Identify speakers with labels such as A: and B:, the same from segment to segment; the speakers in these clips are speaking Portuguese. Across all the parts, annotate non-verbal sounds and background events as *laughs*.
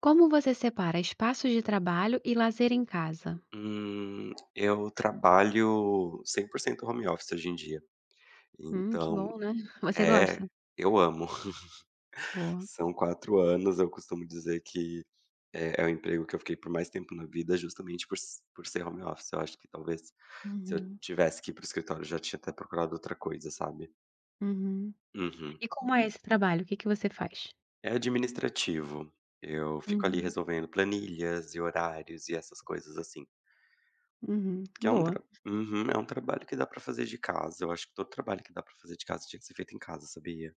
A: Como você separa espaços de trabalho e lazer em casa?
B: Eu trabalho 100% home office hoje em dia.
A: Que
B: Então
A: bom, né? *laughs* Você
B: é,
A: gosta?
B: eu amo. *laughs*
A: Boa.
B: São 4 anos, eu costumo dizer que é o emprego que eu fiquei por mais tempo na vida, justamente por ser home office. Eu acho que talvez se eu
A: Uhum,
B: tivesse que ir para escritório, eu já tinha até procurado outra coisa, sabe.
A: uhum.
B: Uhum.
A: E como é esse trabalho? O que que você faz?
B: É administrativo. Eu fico ali
A: Uhum,
B: resolvendo planilhas e horários e essas coisas assim.
A: uhum.
B: Que é um
A: Boa,
B: tra uhum, é um trabalho que dá pra fazer de casa, eu acho que todo trabalho que dá pra fazer de casa tinha que ser feito em casa, sabia?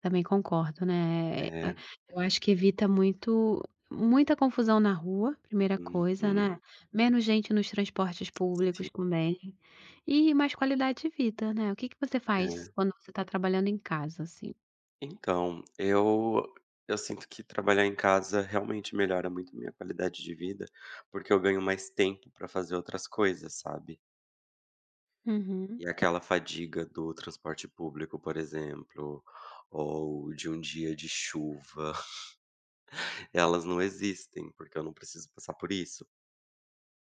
A: também concordo, né? Eh, a
B: É,
A: Eu acho que evita muito muita confusão na rua, primeira coisa,
B: uhum,
A: né? Menos gente nos transportes
B: sim,
A: públicos também, e mais qualidade de vida, né? O que que você faz
B: é.
A: quando você está trabalhando em casa, assim?
B: Então, eu sinto que trabalhar em casa realmente melhora muito minha qualidade de vida, porque eu ganho mais tempo pra fazer outras coisas, sabe?
A: Uhum,
B: E aquela fadiga do transporte público, por exemplo, ou de um dia de chuva, *laughs* elas não existem, porque eu não preciso passar por isso.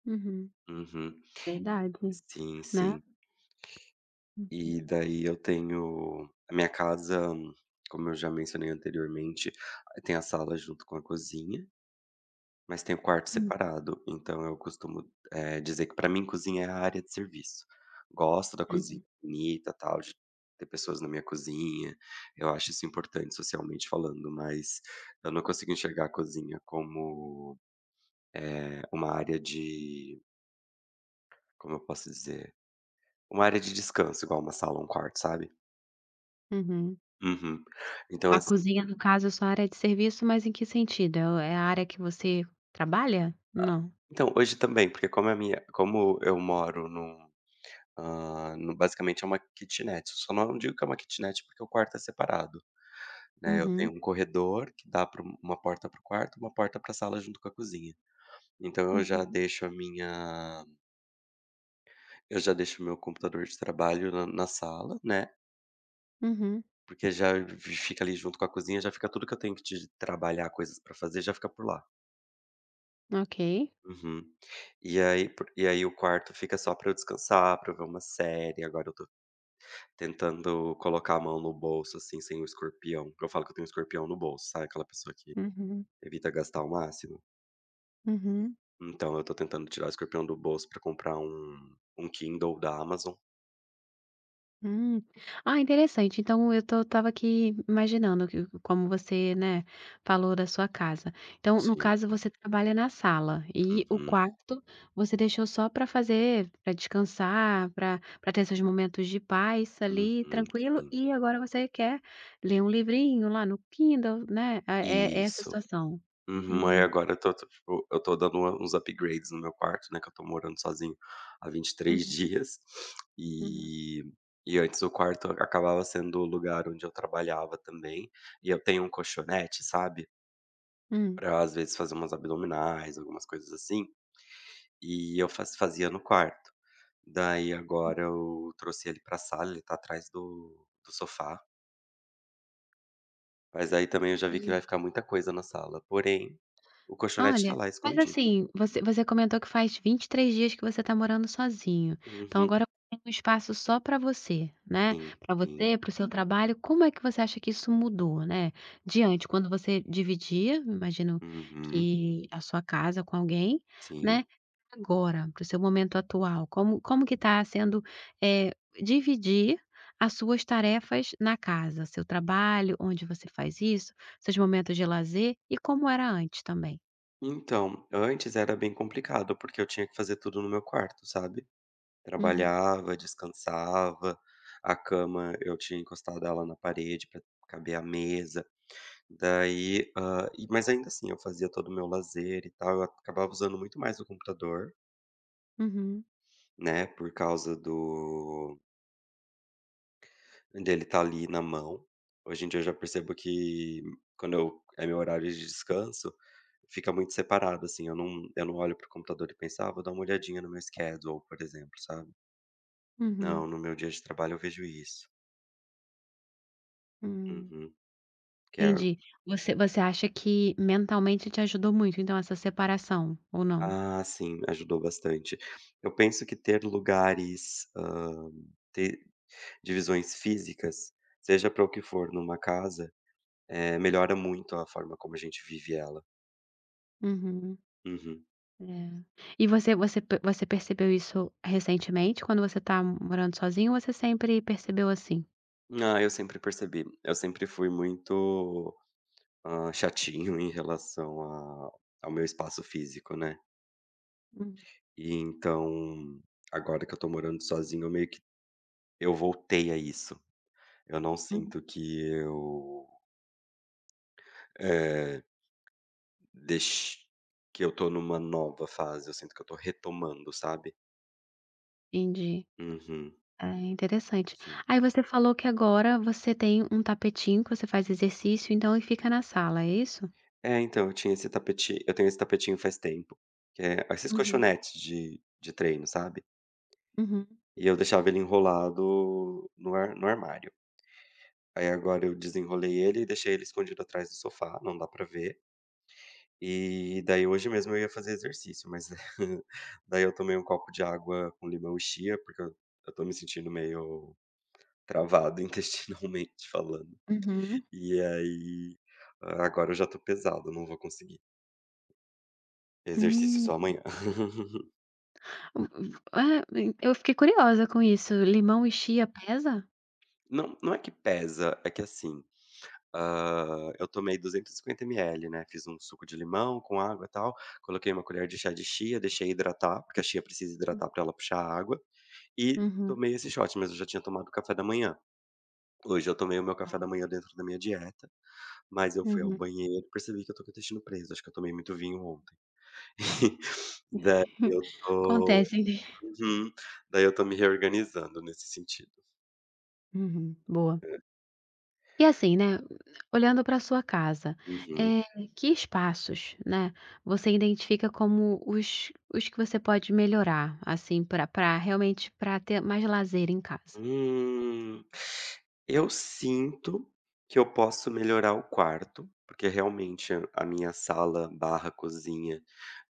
A: uhum.
B: Uhum.
A: Verdade,
B: Sim,
A: né?
B: sim.
A: Uhum,
B: E daí eu tenho a minha casa, como eu já mencionei anteriormente, tem a sala junto com a cozinha, mas tem o quarto separado. Então eu costumo, dizer que pra mim cozinha é a área de serviço. Gosto da cozinha
A: uhum,
B: bonita, tal, de ter pessoas na minha cozinha. Eu acho isso importante socialmente falando, mas eu não consigo enxergar a cozinha como, uma área de como eu posso dizer? Uma área de descanso, igual uma sala um quarto, sabe?
A: uhum.
B: Uhum. Então
A: A
B: assim.
A: cozinha, no caso, é sua área de serviço, mas em que sentido? É o é a área que você trabalha?
B: Ah,
A: Não.
B: então, hoje também, porque como a minha como eu moro num, num basicamente é uma kitnet. Eu só não digo que é uma kitnet, porque o quarto é separado, né, eu tenho
A: Uhum,
B: um corredor que dá para uma porta para o quarto, uma porta para a sala junto com a cozinha. Então
A: uhum,
B: eu já deixo o meu computador de trabalho na sala, né,
A: uhum.
B: porque já vi fica ali junto com a cozinha, já fica tudo que eu tenho que de trabalhar, coisas para fazer, já fica por lá.
A: Ok.
B: Uhum. E aí o quarto fica só para eu descansar, para eu ver uma série, agora eu tô tentando colocar a mão no bolso, assim, sem o escorpião, eu falo que eu tenho um escorpião no bolso, sabe aquela pessoa que
A: Uhum,
B: evita gastar o máximo?
A: uhum.
B: Então eu tô tentando tirar o escorpião do bolso pra comprar um Kindle da Amazon.
A: Hum. Ah, interessante. Então eu tô estava aqui imaginando que como você, né, falou da sua casa. Então, no
B: Sim.
A: caso, você trabalha na sala e o
B: Uhum,
A: quarto você deixou só para fazer, para descansar, para ter seus momentos de paz
B: uhum,
A: ali, tranquilo,
B: sim.
A: e agora você quer ler um livrinho lá no Kindle, né? É essa a
B: Isso.
A: situação.
B: Uhum. Aí
A: Uhum,
B: agora eu tô, tipo, eu tô dando uma uns upgrades no meu quarto, né, que eu tô morando sozinho há 23 *laughs*
A: uhum,
B: dias,
A: uhum.
B: e e antes o quarto acabava sendo o lugar onde eu trabalhava também, e eu tenho um colchonete, sabe? Pra às vezes fazer umas abdominais, algumas coisas assim, e eu fazia no quarto. Daí agora eu trouxe ele pra sala, ele tá atrás do sofá, mas aí também eu já vi que
A: Hum.
B: vai ficar muita coisa na sala, porém, o colchonete tá
A: Olha,
B: lá
A: mas
B: escondido.
A: assim, você comentou que faz 23 dias que você está morando sozinho, então
B: Uhum.
A: agora tem um espaço só para você, né,
B: Sim,
A: para
B: sim.
A: você, para o seu. Sim. Trabalho, como é que você acha que isso mudou, né, diante quando você dividia, imagino
B: Uhum.
A: que a sua casa com alguém, né,
B: Sim.
A: agora, para o seu momento atual, como que está sendo, eh, dividir as suas tarefas na casa, seu trabalho, onde você faz isso, seus momentos de lazer e como era antes também?
B: Então, antes era bem complicado, porque eu tinha que fazer tudo no meu quarto, sabe.
A: Uhum,
B: Trabalhava, descansava, a cama eu tinha encostado ela na parede para caber a mesa. Daí, e mas ainda assim eu fazia todo o meu lazer e tal, eu acabava usando muito mais o computador,
A: uhum,
B: né, por causa do dele estar ali na mão. Hoje em dia eu já percebo que quando eu é meu horário de descanso, fica muito separado, assim, eu não olho pro computador e penso: "Ah, vou dar uma olhadinha no meu schedule", por exemplo, sabe.
A: uhum,
B: Não, no meu dia de trabalho eu vejo isso.
A: hum,
B: Uhum. Que é.
A: entendi. Você acha que mentalmente te ajudou muito, então, essa separação, ou não?
B: Ah, sim, ajudou bastante. Eu penso que ter lugares, ter divisões físicas, seja para o que for numa casa, melhora muito a forma como a gente vive ela.
A: Uhum,
B: Uhum.
A: é. E você percebeu isso recentemente, quando você tá morando sozinho, ou você sempre percebeu assim?
B: Ah, eu sempre percebi. Eu sempre fui muito, chatinho *laughs* em relação a ao meu espaço físico, né.
A: Hum,
B: E então, agora que eu tô morando sozinho, eu meio que eu voltei a isso. Eu não
A: hum,
B: sinto que eu, eh, deix que eu tô numa nova fase, eu sinto que eu tô retomando, sabe.
A: entendi.
B: Uhum,
A: É, interessante.
B: sim.
A: Aí você falou que agora você tem um tapetinho que você faz exercício, então, e fica na sala, é isso?
B: É, então, eu tenho esse tapetinho faz tempo, que é esses
A: Uhum,
B: colchonetes de treino, sabe.
A: uhum,
B: E eu deixava ele enrolado no armário. Aí agora eu desenrolei ele e deixei ele escondido atrás do sofá, não dá pra ver. E daí hoje mesmo eu ia fazer exercício, mas *laughs* daí eu tomei um copo de água com limão e chia, porque eu tô me sentindo meio travado *laughs* intestinalmente falando.
A: uhum.
B: E aí, ah, agora eu já tô pesado, não vou conseguir. Exercício
A: Hum.
B: só amanhã. *laughs*
A: Hum, É, eu fiquei curiosa com isso. Limão e chia pesa?
B: Não, não é que pesa, é que assim, eu tomei 250 ml, né, fiz um suco de limão com água, e tal, coloquei uma colher de chá de chia, deixei hidratar, porque a chia precisa hidratar pra ela puxar a água, e
A: Uhum.
B: tomei esse shot, mas eu já tinha tomado café da manhã. Hoje eu tomei o meu
A: Ah,
B: café da manhã
A: ok.
B: dentro da minha dieta, mas eu fui ao
A: Uhum.
B: banheiro e percebi que eu tô com o intestino preso, acho que eu tomei muito vinho ontem. *laughs* Daí eu tô
A: Acontecem, né.
B: uhum, daí eu tô me reorganizando nesse sentido.
A: Uhum, boa. E assim, né, olhando para sua casa,
B: Uhum.
A: eh, que espaços, né, você identifica como os que você pode melhorar, assim, para realmente para ter mais lazer em casa?
B: Hum, eu sinto que eu posso melhorar o quarto, porque realmente a minha sala barra cozinha,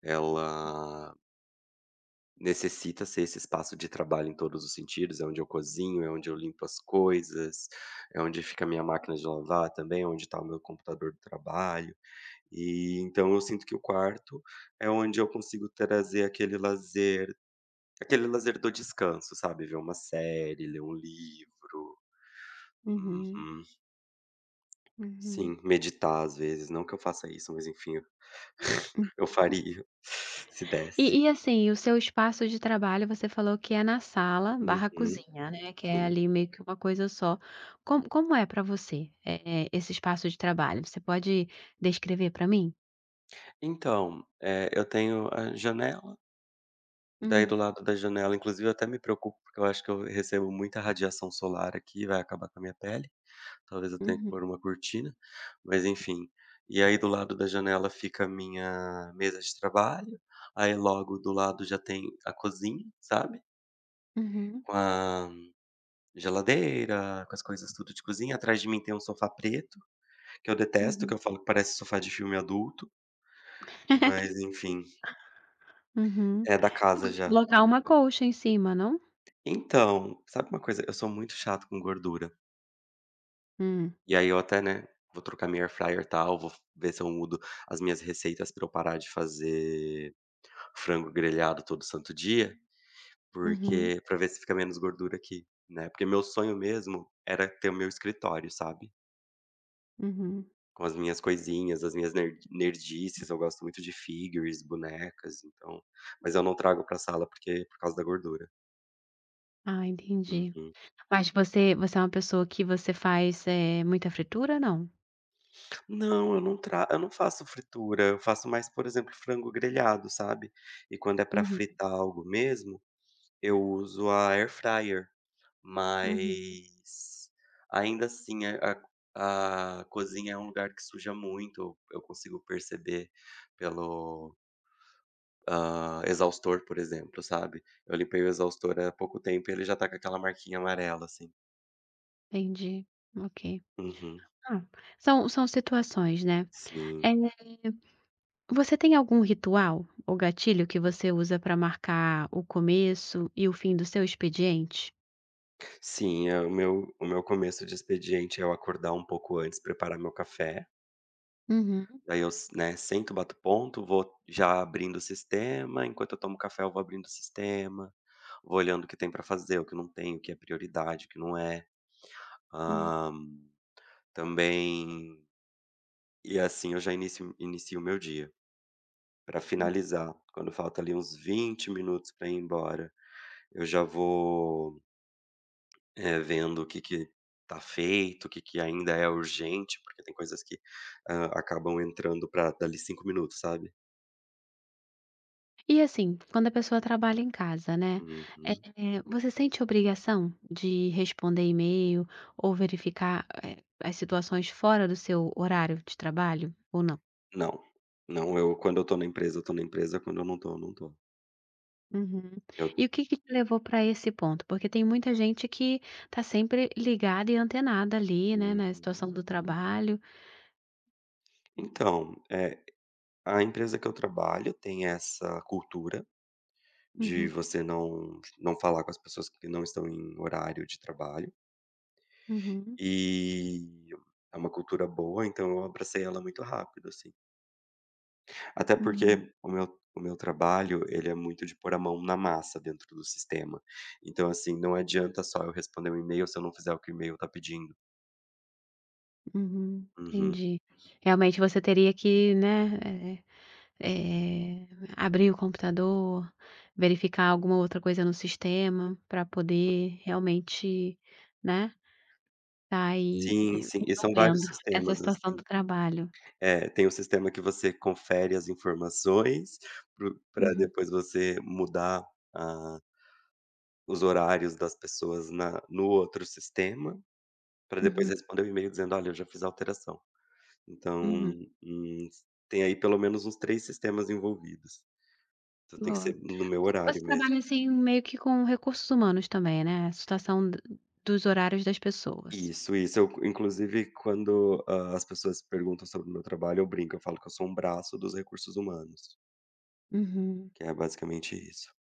B: ela necessita ser esse espaço de trabalho em todos os sentidos, é onde eu cozinho, é onde eu limpo as coisas, é onde fica a minha máquina de lavar também, é onde está o meu computador de trabalho. E então eu sinto que o quarto é onde eu consigo trazer aquele lazer do descanso, sabe? Ver uma série, ler um livro.
A: Uhum,
B: Uhum.
A: uhum.
B: Sim, meditar às vezes, não que eu faça isso, mas enfim, eu *laughs* eu faria, se desse.
A: E assim, o seu espaço de trabalho você falou que é na sala barra
B: Uhum,
A: cozinha, né, que é
B: sim.
A: ali meio que uma coisa só. Como é para você, esse espaço de trabalho? Você pode descrever para mim?
B: Então, eu tenho a janela, daí
A: Uhum,
B: do lado da janela inclusive eu até me preocupo, porque eu acho que eu recebo muita radiação solar aqui, vai acabar com a minha pele, talvez eu tenha que
A: uhum,
B: pôr uma cortina, mas enfim. E aí do lado da janela fica a minha mesa de trabalho, aí logo do lado já tem a cozinha, sabe,
A: uhum,
B: com a geladeira, com as coisas tudo de cozinha, atrás de mim tem um sofá preto, que eu detesto, que eu
A: uhum.
B: falo que parece sofá de filme adulto, mas
A: *laughs*
B: enfim,
A: Uhum.
B: é da
A: Você
B: casa
A: pode
B: já.
A: colocar uma colcha em cima, não?
B: Então, sabe uma coisa? Eu sou muito chato com gordura,
A: Hum,
B: e aí eu até, né, vou trocar minha air fryer e tal, vou ver se eu mudo as minhas receitas pra eu parar de fazer frango grelhado todo santo dia,
A: uhum,
B: porque pra ver se fica menos gordura aqui, né, porque meu sonho mesmo era ter o meu escritório, sabe?
A: uhum.
B: Com as minhas coisinhas, as minhas nerdices, eu gosto muito de figures, bonecas, então mas eu não trago pra sala porque por causa da gordura.
A: Ah, entendi.
B: Uhum.
A: Mas você é uma pessoa que você faz, muita fritura, não?
B: Não, eu não faço fritura, eu faço mais, por exemplo, frango grelhado, sabe. E quando é pra
A: Uhum,
B: fritar algo mesmo, eu uso a air fryer,
A: uhum,
B: mas ainda assim a cozinha é um lugar que suja muito, eu consigo perceber pelo ah, exaustor, por exemplo, sabe. Eu limpei o exaustor há pouco tempo e ele já tá com aquela marquinha amarela, assim.
A: entendi, ok.
B: Uhum.
A: Ah, são situações, né.
B: Sim.
A: Eh, Você tem algum ritual ou gatilho que você usa para marcar o começo e o fim do seu expediente?
B: Sim, é o meu começo de expediente é eu acordar um pouco antes, preparar meu café,
A: Uhum,
B: daí eu s né, sento, bato ponto, vou já abrindo o sistema, enquanto eu tomo café eu vou abrindo o sistema, vou olhando o que tem pra fazer, o que não tem, o que é prioridade, o que não é.
A: uhum,
B: Hã, também e assim eu já inicio o meu dia. Pra
A: hum.
B: finalizar, quando falta ali uns 20 minutos pra ir embora, eu já vou, vendo o que que tá feito, o que que ainda é urgente, porque tem coisas que, acabam entrando pra dali 5 minutos, sabe.
A: E assim, quando a pessoa trabalha em casa, né,
B: Uhum.
A: você sente obrigação de responder e-mail ou verificar, as situações fora do seu horário de trabalho ou não?
B: Não, não, eu quando eu tô na empresa, eu tô na empresa, quando eu não tô, eu não tô.
A: Uhum.
B: Eu
A: E o que que te levou para esse ponto? Porque tem muita gente que tá sempre ligada e antenada ali, né, na
B: uhum.
A: situação do trabalho.
B: Então, a empresa que eu trabalho tem essa cultura de
A: Uhum,
B: você não falar com as pessoas que não estão em horário de trabalho.
A: uhum.
B: E é uma cultura boa, então eu abracei ela muito rápido, assim. Até
A: Uhum,
B: porque o meu trabalho, ele é muito de pôr a mão na massa dentro do sistema. Então, assim, não adianta só eu responder um e-mail se eu não fizer o que o e-mail tá pedindo.
A: uhum,
B: Uhum.
A: entendi. Realmente você teria que, né, eh, abrir o computador, verificar alguma outra coisa no sistema para poder realmente, né, tá aí
B: Sim, sim, e são vários
A: resolvendo essa
B: sistemas,
A: situação
B: assim.
A: do trabalho.
B: É, tem o sistema que você confere as informações para
A: Uhum,
B: depois você mudar a os horários das pessoas na no outro sistema, para depois
A: uhum,
B: responder o e-mail dizendo: "Olha, eu já fiz a alteração". Então,
A: uhum,
B: hum, tem aí pelo menos uns 3 sistemas envolvidos. Então tem que
A: boa.
B: ser no meu
A: Você
B: horário mesmo.
A: trabalha, assim, meio que com recursos humanos também, né, a situação d dos horários das pessoas.
B: Isso, isso. Eu inclusive quando, as pessoas perguntam sobre o meu trabalho, eu brinco, eu falo que eu sou um braço dos recursos humanos,
A: Uhum,
B: que é basicamente isso.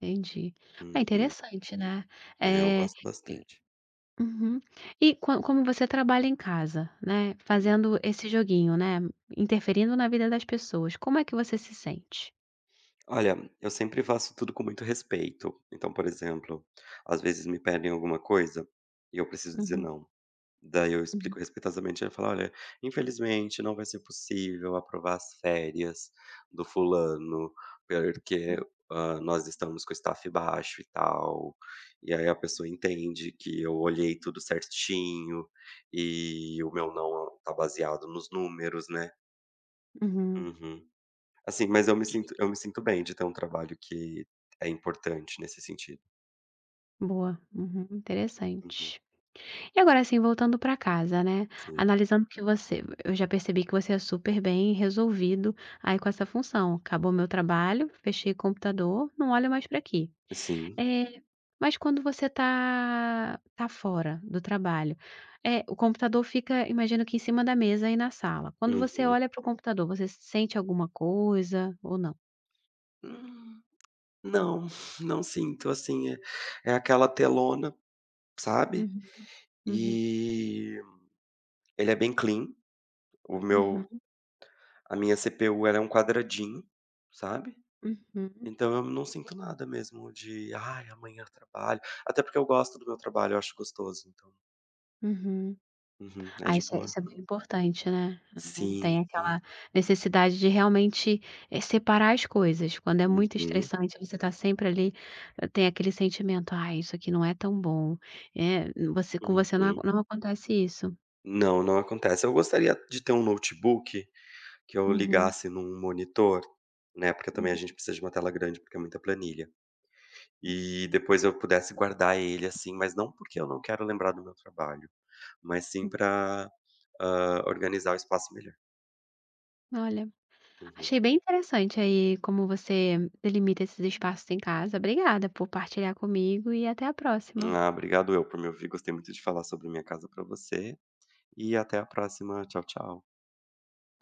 A: entendi. Ah,
B: Uhum.
A: interessante, né.
B: É, eu
A: Eh
B: gosto bastante.
A: Uhum. E co como você trabalha em casa, né,
B: Uhum.
A: fazendo esse joguinho, né, interferindo na vida das pessoas, como é que você se sente?
B: Olha, eu sempre faço tudo com muito respeito. Então, por exemplo, às vezes me pedem alguma coisa e eu preciso dizer
A: Uhum,
B: não. Daí eu
A: uhum,
B: explico respeitosamente, ele fala "Olha, infelizmente não vai ser possível aprovar as férias do fulano, porque, nós estamos com o staff baixo e tal". E aí a pessoa entende que eu olhei tudo certinho, e o meu não tá baseado nos números, né.
A: uhum.
B: Uhum. Assim, mas eu me sinto bem de ter um trabalho que é importante nesse sentido.
A: Boa, uhum,
B: Uhum.
A: interessante. E agora assim, voltando para casa, né,
B: Sim.
A: analisando que você eu já percebi que você é super bem resolvido aí com essa função, acabou meu trabalho, fechei o computador, não olho mais para aqui.
B: Sim.
A: É, mas quando você tá fora do trabalho, o computador fica, imagino que em cima da mesa e na sala. Quando você olha para o computador, você sente alguma coisa ou não?
B: Uhum. Não, não sinto, assim, é aquela telona, sabe,
A: Uhum, uhum,
B: e ele é bem clean, o meu
A: uhum,
B: a minha CPU ela é um quadradinho, sabe,
A: uhum,
B: então eu não sinto nada mesmo de: "Ai, amanhã eu trabalho", até porque eu gosto do meu trabalho, eu acho gostoso, então
A: uhum.
B: uhum, é
A: Ah,
B: de
A: isso é
B: boa.
A: isso é bem importante, né. Não
B: Sim,
A: tem
B: sim.
A: aquela necessidade de realmente, separar as coisas. Quando é muito
B: Uhum,
A: estressante, você está sempre ali, tem aquele sentimento: "Ah, isso aqui não é tão bom", é você com você não
B: uhum.
A: ac- não acontece isso.
B: Não, não acontece. Eu gostaria de ter um notebook que eu
A: Uhum,
B: ligasse num monitor, né, porque também a
A: uhum,
B: gente precisa de uma tela grande, porque é muita planilha. E depois eu pudesse guardar ele, assim, mas não porque eu não quero lembrar do meu trabalho, mas sim
A: uhum.
B: para organizar o espaço melhor.
A: Olha,
B: Uhum.
A: achei bem interessante aí como você delimita esses espaços em casa. Obrigada por partilhar comigo e até a próxima.
B: Ah, obrigado eu por me ouvir, gostei muito de falar sobre minha casa para você, e até a próxima. Tchau, tchau.